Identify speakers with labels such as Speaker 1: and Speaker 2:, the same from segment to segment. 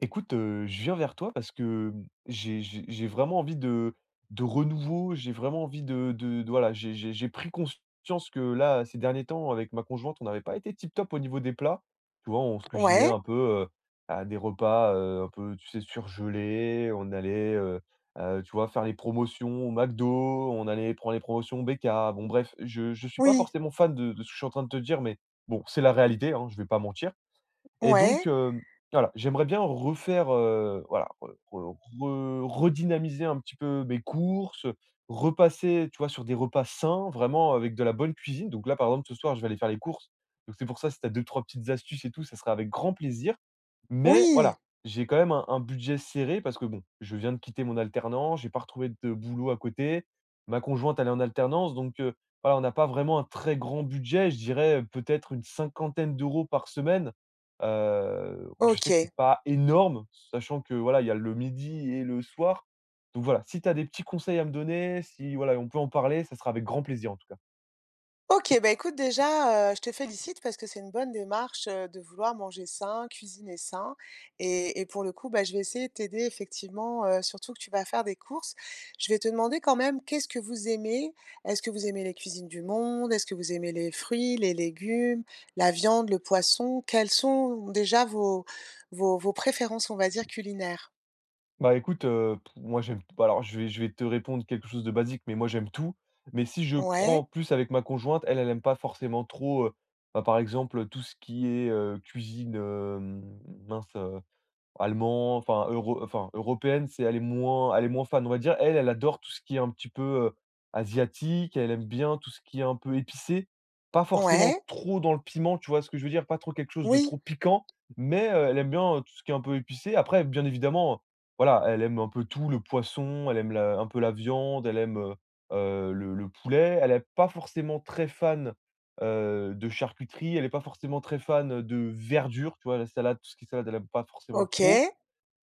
Speaker 1: Écoute, je viens vers toi parce que, j'ai vraiment envie de renouveau, j'ai vraiment envie de voilà, j'ai pris conscience que là, ces derniers temps, avec ma conjointe, on n'avait pas été tip top au niveau des plats. Tu vois, on se cuisinait
Speaker 2: Ouais,
Speaker 1: un peu, heu, à des repas, un peu, tu sais, surgelés. On allait, tu vois, faire les promotions au McDo, on allait prendre les promotions BK. Bon bref, je suis pas
Speaker 2: oui,
Speaker 1: forcément fan de ce que je suis en train de te dire, mais bon, c'est la réalité, hein, je vais pas mentir. Et donc,
Speaker 2: ouais,
Speaker 1: voilà, j'aimerais bien refaire, voilà, re re re redynamiser un petit peu mes courses, repasser, tu vois, sur des repas sains, vraiment avec de la bonne cuisine. Donc là, par exemple, ce soir, je vais aller faire les courses. Donc c'est pour ça, si tu as 2-3 petites astuces et tout, ça serait avec grand plaisir. Mais
Speaker 2: oui,
Speaker 1: voilà, j'ai quand même un budget serré parce que bon, je viens de quitter mon alternant, j'ai pas retrouvé de boulot à côté. Ma conjointe, elle est en alternance, donc voilà, on n'a pas vraiment un très grand budget. Je dirais, peut-être une cinquantaine d'euros par semaine. Je sais que c'est
Speaker 2: OK.
Speaker 1: pas énorme, sachant que voilà, il y a le midi et le soir. Donc voilà, si tu as des petits conseils à me donner, si voilà, on peut en parler, ça sera avec grand plaisir en tout cas.
Speaker 2: OK, bah, écoute, déjà, je te félicite parce que c'est une bonne démarche, de vouloir manger sain, cuisiner sain et pour le coup, bah, je vais essayer de t'aider effectivement, surtout que tu vas faire des courses. Je vais te demander quand même, qu'est-ce que vous aimez? Est-ce que vous aimez les cuisines du monde? Est-ce que vous aimez les fruits, les légumes, la viande, le poisson? Quelles sont déjà vos préférences, on va dire, culinaires?
Speaker 1: Bah, écoute, p moi j'aime bah, alors je vais te répondre quelque chose de basique, mais moi j'aime tout. Mais si je prends
Speaker 2: Ouais,
Speaker 1: plus avec ma conjointe, elle, elle aime pas forcément trop, bah, par exemple, tout ce qui est, cuisine, mince, Allemand, enfin européenne, c'est elle est moins fan, on va dire. Elle, elle adore tout ce qui est un petit peu, heu, asiatique, elle aime bien tout ce qui est un peu épicé. Pas forcément
Speaker 2: ouais,
Speaker 1: trop dans le piment, tu vois ce que je veux dire? Pas trop quelque chose de
Speaker 2: oui,
Speaker 1: trop piquant, mais, elle aime bien, tout ce qui est un peu épicé. Après, bien évidemment, voilà, elle aime un peu tout, le poisson, elle aime la un peu la viande, elle aime, le poulet. Elle n'est pas forcément très fan, de charcuterie, elle n'est pas forcément très fan, de verdure, tu vois? La salade, tout ce qui est salade, elle n'aime pas forcément
Speaker 2: OK,
Speaker 1: trop.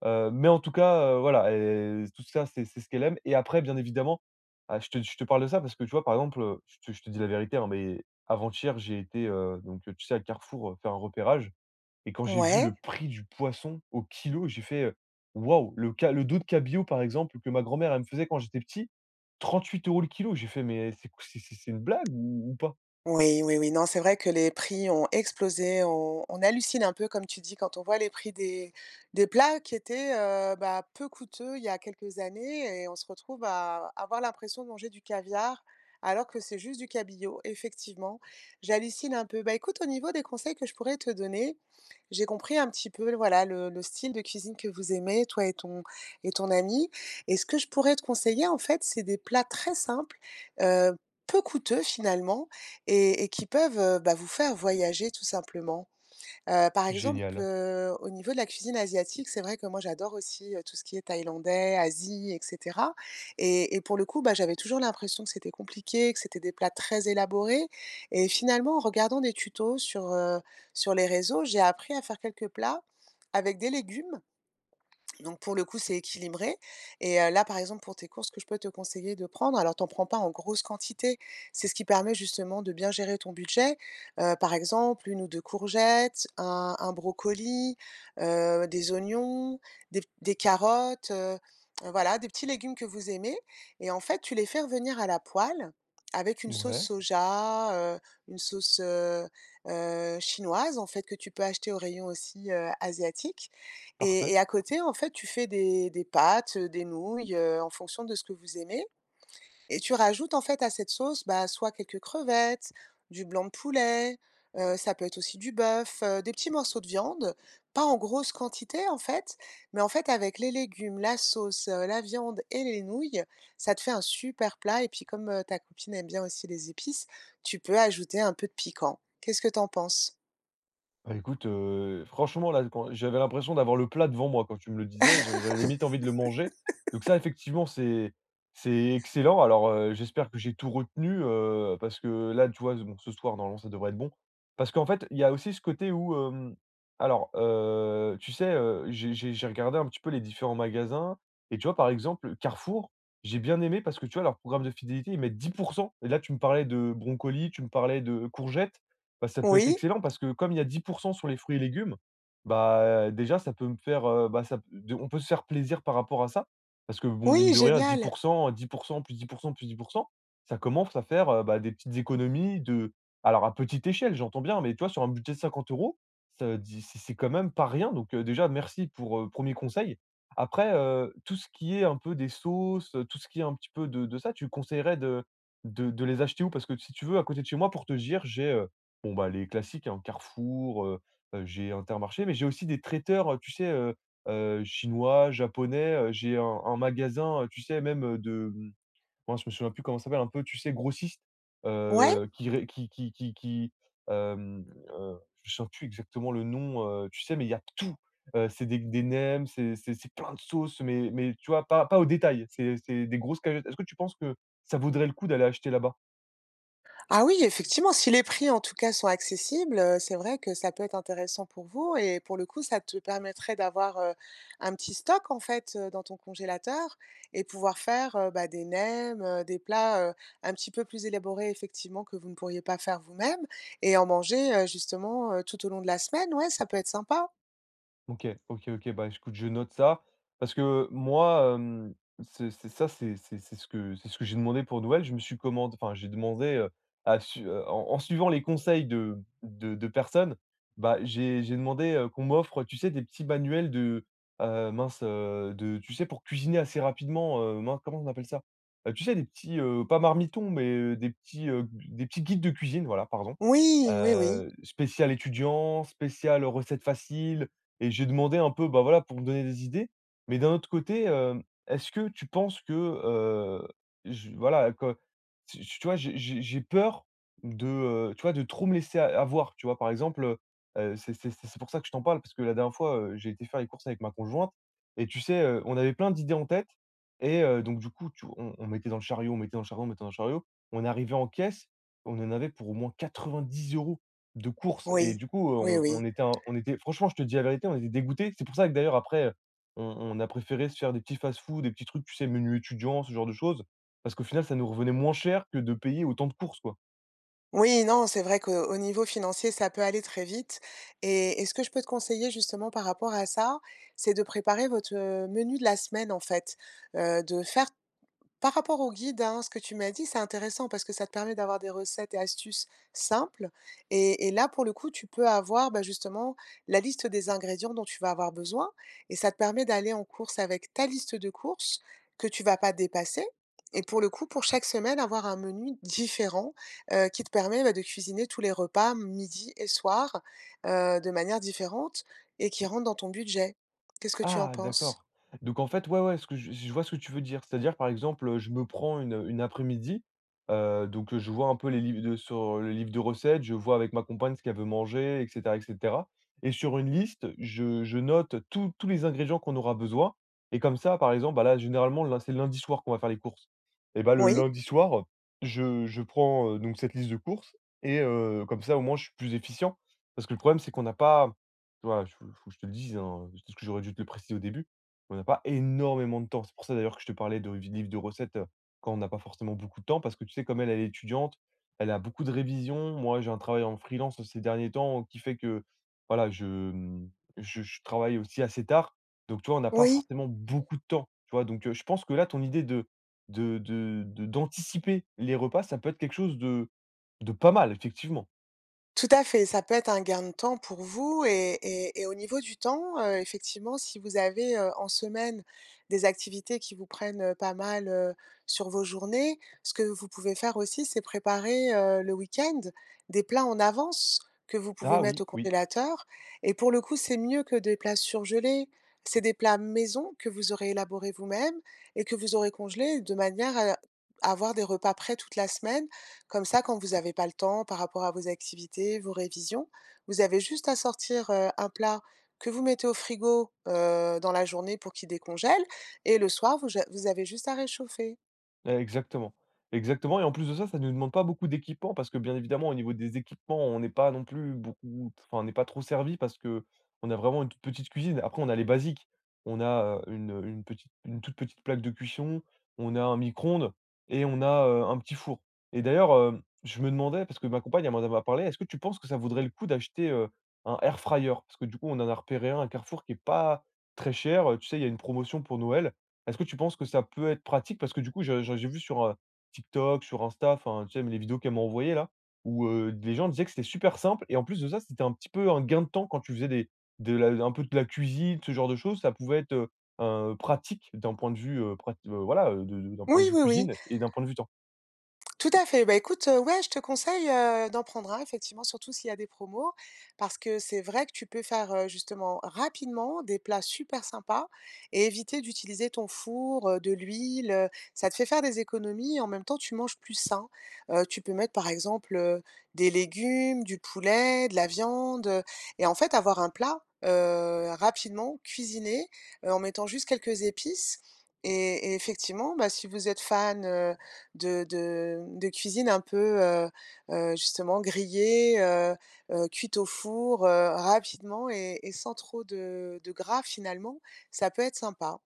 Speaker 1: Mais en tout cas, voilà et tout ça, c'est ce qu'elle aime et après, bien évidemment, ah, je te parle de ça parce que, tu vois, par exemple, je te dis la vérité, hein, mais avant-hier, j'ai été, donc tu sais, à Carrefour, faire un repérage et quand j'ai vu
Speaker 2: ouais.
Speaker 1: le prix du poisson au kilo, j'ai fait, «Waouh!» Le dos de cabillaud, par exemple, que ma grand-mère, elle me faisait quand j'étais petit, 38 euros le kilo. J'ai fait: «Mais c'est une blague ou pas?»
Speaker 2: Oui, oui, oui. Non, c'est vrai que les prix ont explosé. On hallucine un peu, comme tu dis, quand on voit les prix des plats qui étaient, bah, peu coûteux il y a quelques années et on se retrouve à avoir l'impression de manger du caviar, alors que c'est juste du cabillaud, effectivement. J'hallucine un peu. Bah, écoute, au niveau des conseils que je pourrais te donner, j'ai compris un petit peu, voilà, le style de cuisine que vous aimez, toi et ton ami, et ce que je pourrais te conseiller, en fait, c'est des plats très simples, heu, peu coûteux, finalement, et qui peuvent, bah, vous faire voyager tout simplement. Par exemple,
Speaker 1: «Génial.
Speaker 2: au niveau de la cuisine asiatique, c'est vrai que moi j'adore aussi, tout ce qui est thaïlandais, Asie et cetera, et pour le coup, bah, j'avais toujours l'impression que c'était compliqué, que c'était des plats très élaborés et finalement, en regardant des tutos sur les réseaux, j'ai appris à faire quelques plats avec des légumes, donc pour le coup, c'est équilibré et là, par exemple, pour tes courses, ce que je peux te conseiller de prendre, alors t'en prends pas en grosse quantité. C'est ce qui permet justement de bien gérer ton budget. Par exemple, une ou 2 courgettes, un brocoli, des oignons, des carottes, voilà, des petits légumes que vous aimez et en fait, tu les fais revenir à la poêle avec une sauce
Speaker 1: Ouais.
Speaker 2: soja, une sauce, chinoise, en fait, que tu peux acheter au rayon aussi, asiatique, et
Speaker 1: Parfait.».
Speaker 2: et à côté, en fait, tu fais des pâtes, des nouilles, en fonction de ce que vous aimez et tu rajoutes, en fait, à cette sauce, bah, soit quelques crevettes, du blanc de poulet, ça peut être aussi du bœuf, des petits morceaux de viande, pas en grosse quantité, en fait, mais en fait, avec les légumes, la sauce, la viande et les nouilles, ça te fait un super plat et puis comme, ta copine aime bien aussi les épices, tu peux ajouter un peu de piquant. Qu'est-ce que t'en penses?
Speaker 1: Bah, écoute, franchement là, quand j'avais l'impression d'avoir le plat devant moi quand tu me le disais, j'avais limite envie de le manger. Donc ça effectivement c'est excellent. Alors, j'espère que j'ai tout retenu, parce que là, tu vois, bon, ce soir normalement ça devrait être bon. Parce qu'en fait, il y a aussi ce côté où, alors, tu sais, j'ai regardé un petit peu les différents magasins et tu vois, par exemple, Carrefour, j'ai bien aimé parce que tu vois, leur programme de fidélité, ils mettent 10. Et là, tu me parlais de broncoli, tu me parlais de courgettes. Bah, ça peut être
Speaker 2: Oui?
Speaker 1: excellent parce que comme il y a 10% sur les fruits et légumes, bah, déjà ça peut me faire, bah, ça de on peut se faire plaisir par rapport à ça. Parce que bon, mine
Speaker 2: Oui,
Speaker 1: de rien dix
Speaker 2: génial!
Speaker 1: pour cent 10% plus 10% plus 10%, ça commence à faire, bah, des petites économies. De alors à petite échelle, j'entends bien, mais toi sur un budget de 50 euros, ça dit c'est quand même pas rien, donc déjà merci pour, 1 conseil. Après, tout ce qui est un peu des sauces, tout ce qui est un petit peu de ça, tu conseillerais de les acheter où? Parce que si tu veux à côté de chez moi pour te dire, j'ai, heu. Bon, bah, les classiques, hein, Carrefour, j'ai Intermarché, mais j'ai aussi des traiteurs, tu sais, chinois, japonais, j'ai un magasin, tu sais, même, de, moi je me souviens plus comment ça s'appelle, un peu, tu sais, grossiste,
Speaker 2: Ouais.
Speaker 1: qui ré qui, hem, heu, je ne sais plus exactement le nom, tu sais, mais il y a tout. C'est des nems, c'est plein de sauces, mais tu vois, pas au détail, c'est des grosses cagettes. Est-ce que tu penses que ça vaudrait le coup d'aller acheter là-bas?
Speaker 2: Ah oui, effectivement, si les prix en tout cas sont accessibles, c'est vrai que ça peut être intéressant pour vous et pour le coup, ça te permettrait d'avoir, un petit stock en fait, dans ton congélateur et pouvoir faire, bah, des nems, des plats, un petit peu plus élaborés effectivement que vous ne pourriez pas faire vous-même et en manger, justement, tout au long de la semaine. Ouais, ça peut être sympa.
Speaker 1: OK, OK, OK. Bah, écoute, je note ça parce que moi, c'est ça, c'est ce que j'ai demandé pour Noël. Je me suis commandé enfin, j'ai demandé, à su en suivant les conseils de personnes, bah, j'ai demandé, qu'on m'offre, tu sais, des petits manuels de, mince, de tu sais, pour cuisiner assez rapidement, mince, comment on appelle ça? Tu sais, des petits, pas marmitons, mais, des petits guides de cuisine, voilà, pardon.
Speaker 2: Oui, oui, oui.
Speaker 1: Spécial étudiant, spécial recettes faciles. Et j'ai demandé un peu, bah, voilà, pour me donner des idées. Mais d'un autre côté, est-ce que tu penses que, je voilà, que tu vois, j'ai peur de, tu vois, de trop me laisser a avoir, tu vois? Par exemple, c'est pour ça que je t'en parle parce que la dernière fois, j'ai été faire les courses avec ma conjointe et tu sais, on avait plein d'idées en tête et donc du coup, tu on mettait dans le chariot, on mettait dans le chariot, on mettait dans le chariot. On arrivait en caisse, on en avait pour au moins 90 euros. De courses et
Speaker 2: Oui.
Speaker 1: du coup,
Speaker 2: Oui, oui.
Speaker 1: on était franchement, je te dis la vérité, on était dégoûtés. C'est pour ça que d'ailleurs après, on a préféré se faire des petits fast-food, des petits trucs, tu sais, menus étudiants, ce genre de choses. Parce qu'au final, ça nous revenait moins cher que de payer autant de courses, quoi.
Speaker 2: Oui, non, c'est vrai qu'au niveau financier, ça peut aller très vite et ce que je peux te conseiller justement par rapport à ça, c'est de préparer votre, menu de la semaine en fait, de faire par rapport au guide, hein, ce que tu m'as dit, c'est intéressant parce que ça te permet d'avoir des recettes et astuces simples. Et là, pour le coup, tu peux avoir, bah, justement la liste des ingrédients dont tu vas avoir besoin. Et ça te permet d'aller en course avec ta liste de courses que tu vas pas dépasser. Et pour le coup, pour chaque semaine, avoir un menu différent, qui te permet, bah, de cuisiner tous les repas, midi et soir, de manière différente et qui rentre dans ton budget. Qu'est-ce que tu en
Speaker 1: Ah
Speaker 2: penses?
Speaker 1: d'accord. Donc en fait, ouais, ouais, ce que je vois ce que tu veux dire. C'est-à-dire, par exemple, je me prends une après-midi, donc je vois un peu les livres de sur le livre de recettes, je vois avec ma compagne ce qu'elle veut manger et cetera et cetera et sur une liste, je note tous les ingrédients qu'on aura besoin et comme ça, par exemple, bah là, généralement, lun c'est le lundi soir qu'on va faire les courses et bah, le
Speaker 2: Oui,
Speaker 1: lundi soir, je prends, donc cette liste de courses et comme ça, au moins, je suis plus efficient parce que le problème, c'est qu'on n'a pas, tu vois? Il faut que je te le dise, hein, peut-être que j'aurais dû te le préciser au début, on n'a pas énormément de temps. C'est pour ça d'ailleurs que je te parlais de vi livres de recettes, quand on n'a pas forcément beaucoup de temps parce que tu sais, comme elle, elle est étudiante, elle a beaucoup de révisions. Moi, j'ai un travail en freelance ces derniers temps qui fait que, voilà, je, mmh, je travaille aussi assez tard. Donc tu vois, on n'a pas
Speaker 2: oui.
Speaker 1: forcément beaucoup de temps, tu vois? Donc je pense que là, ton idée de d'anticiper les repas, ça peut être quelque chose de pas mal, effectivement.
Speaker 2: Tout à fait, ça peut être un gain de temps pour vous et et au niveau du temps, effectivement, si vous avez, en semaine des activités qui vous prennent, pas mal, sur vos journées, ce que vous pouvez faire aussi, c'est préparer, le week-end, des plats en avance que vous pouvez
Speaker 1: Ah
Speaker 2: mettre
Speaker 1: oui,
Speaker 2: au
Speaker 1: oui.
Speaker 2: congélateur et pour le coup, c'est mieux que des plats surgelés. C'est des plats maison que vous aurez élaborés vous-même et que vous aurez congelés de manière à avoir des repas prêts toute la semaine. Comme ça, quand vous avez pas le temps par rapport à vos activités, vos révisions, vous avez juste à sortir, un plat que vous mettez au frigo, dans la journée pour qu'il décongèle et le soir, vous ja vous avez juste à réchauffer.
Speaker 1: Exactement, exactement et en plus de ça, ça ne nous demande pas beaucoup d'équipements parce que bien évidemment au niveau des équipements, on n'est pas non plus beaucoup, enfin on n'est pas trop servi parce que on a vraiment une toute petite cuisine. Après on a les basiques, on a, une toute petite plaque de cuisson, on a un micro-ondes et on a, un petit four et d'ailleurs, je me demandais parce que ma compagne elle m'en avait parlé: «Est-ce que tu penses que ça vaudrait le coup d'acheter, un air fryer?» Parce que du coup on en a repéré un à Carrefour qui est pas très cher, tu sais il y a une promotion pour Noël. Est-ce que tu penses que ça peut être pratique? Parce que du coup, je j'ai vu sur, TikTok, sur Insta, enfin, tu sais, les vidéos qu'elle m'a envoyées là, où, les gens disaient que c'était super simple et en plus de ça, c'était un petit peu un gain de temps quand tu faisais des de la un peu de la cuisine, ce genre de choses. Ça pouvait être, pratique d'un point de vue, prat voilà, de d'un point de
Speaker 2: Oui,
Speaker 1: vue
Speaker 2: oui, oui.
Speaker 1: cuisine et d'un point de vue temps.
Speaker 2: Tout à fait. Bah, écoute, ouais, je te conseille, d'en prendre un effectivement, surtout s'il y a des promos parce que c'est vrai que tu peux faire, justement rapidement des plats super sympas et éviter d'utiliser ton four, de l'huile, ça te fait faire des économies et en même temps tu manges plus sain. Tu peux mettre par exemple, des légumes, du poulet, de la viande, et en fait avoir un plat, rapidement cuisiné, en mettant juste quelques épices et effectivement, bah, si vous êtes fan, de cuisine un peu, justement grillée, cuite au four, rapidement et sans trop de gras finalement, ça peut être sympa.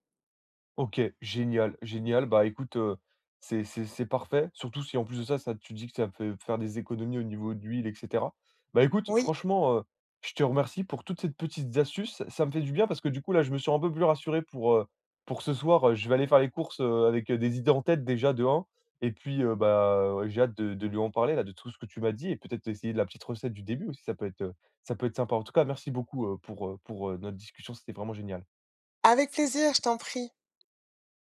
Speaker 1: OK, génial, génial. Bah, écoute, c'est parfait, surtout si en plus de ça, ça tu dis que ça peut faire des économies au niveau d'huile et cetera. Bah, écoute,
Speaker 2: Oui,
Speaker 1: franchement, je te remercie pour toutes ces petites astuces. Ça me fait du bien parce que du coup, là, je me suis un peu plus rassuré pour, ce soir, je vais aller faire les courses, avec, des idées en tête déjà de 1 et puis, bah, ouais, j'ai hâte de lui en parler là, de tout ce que tu m'as dit et peut-être essayer de la petite recette du début aussi, ça peut être sympa. En tout cas, merci beaucoup, pour, notre discussion, c'était vraiment génial.
Speaker 2: avec plaisir, je t'en prie.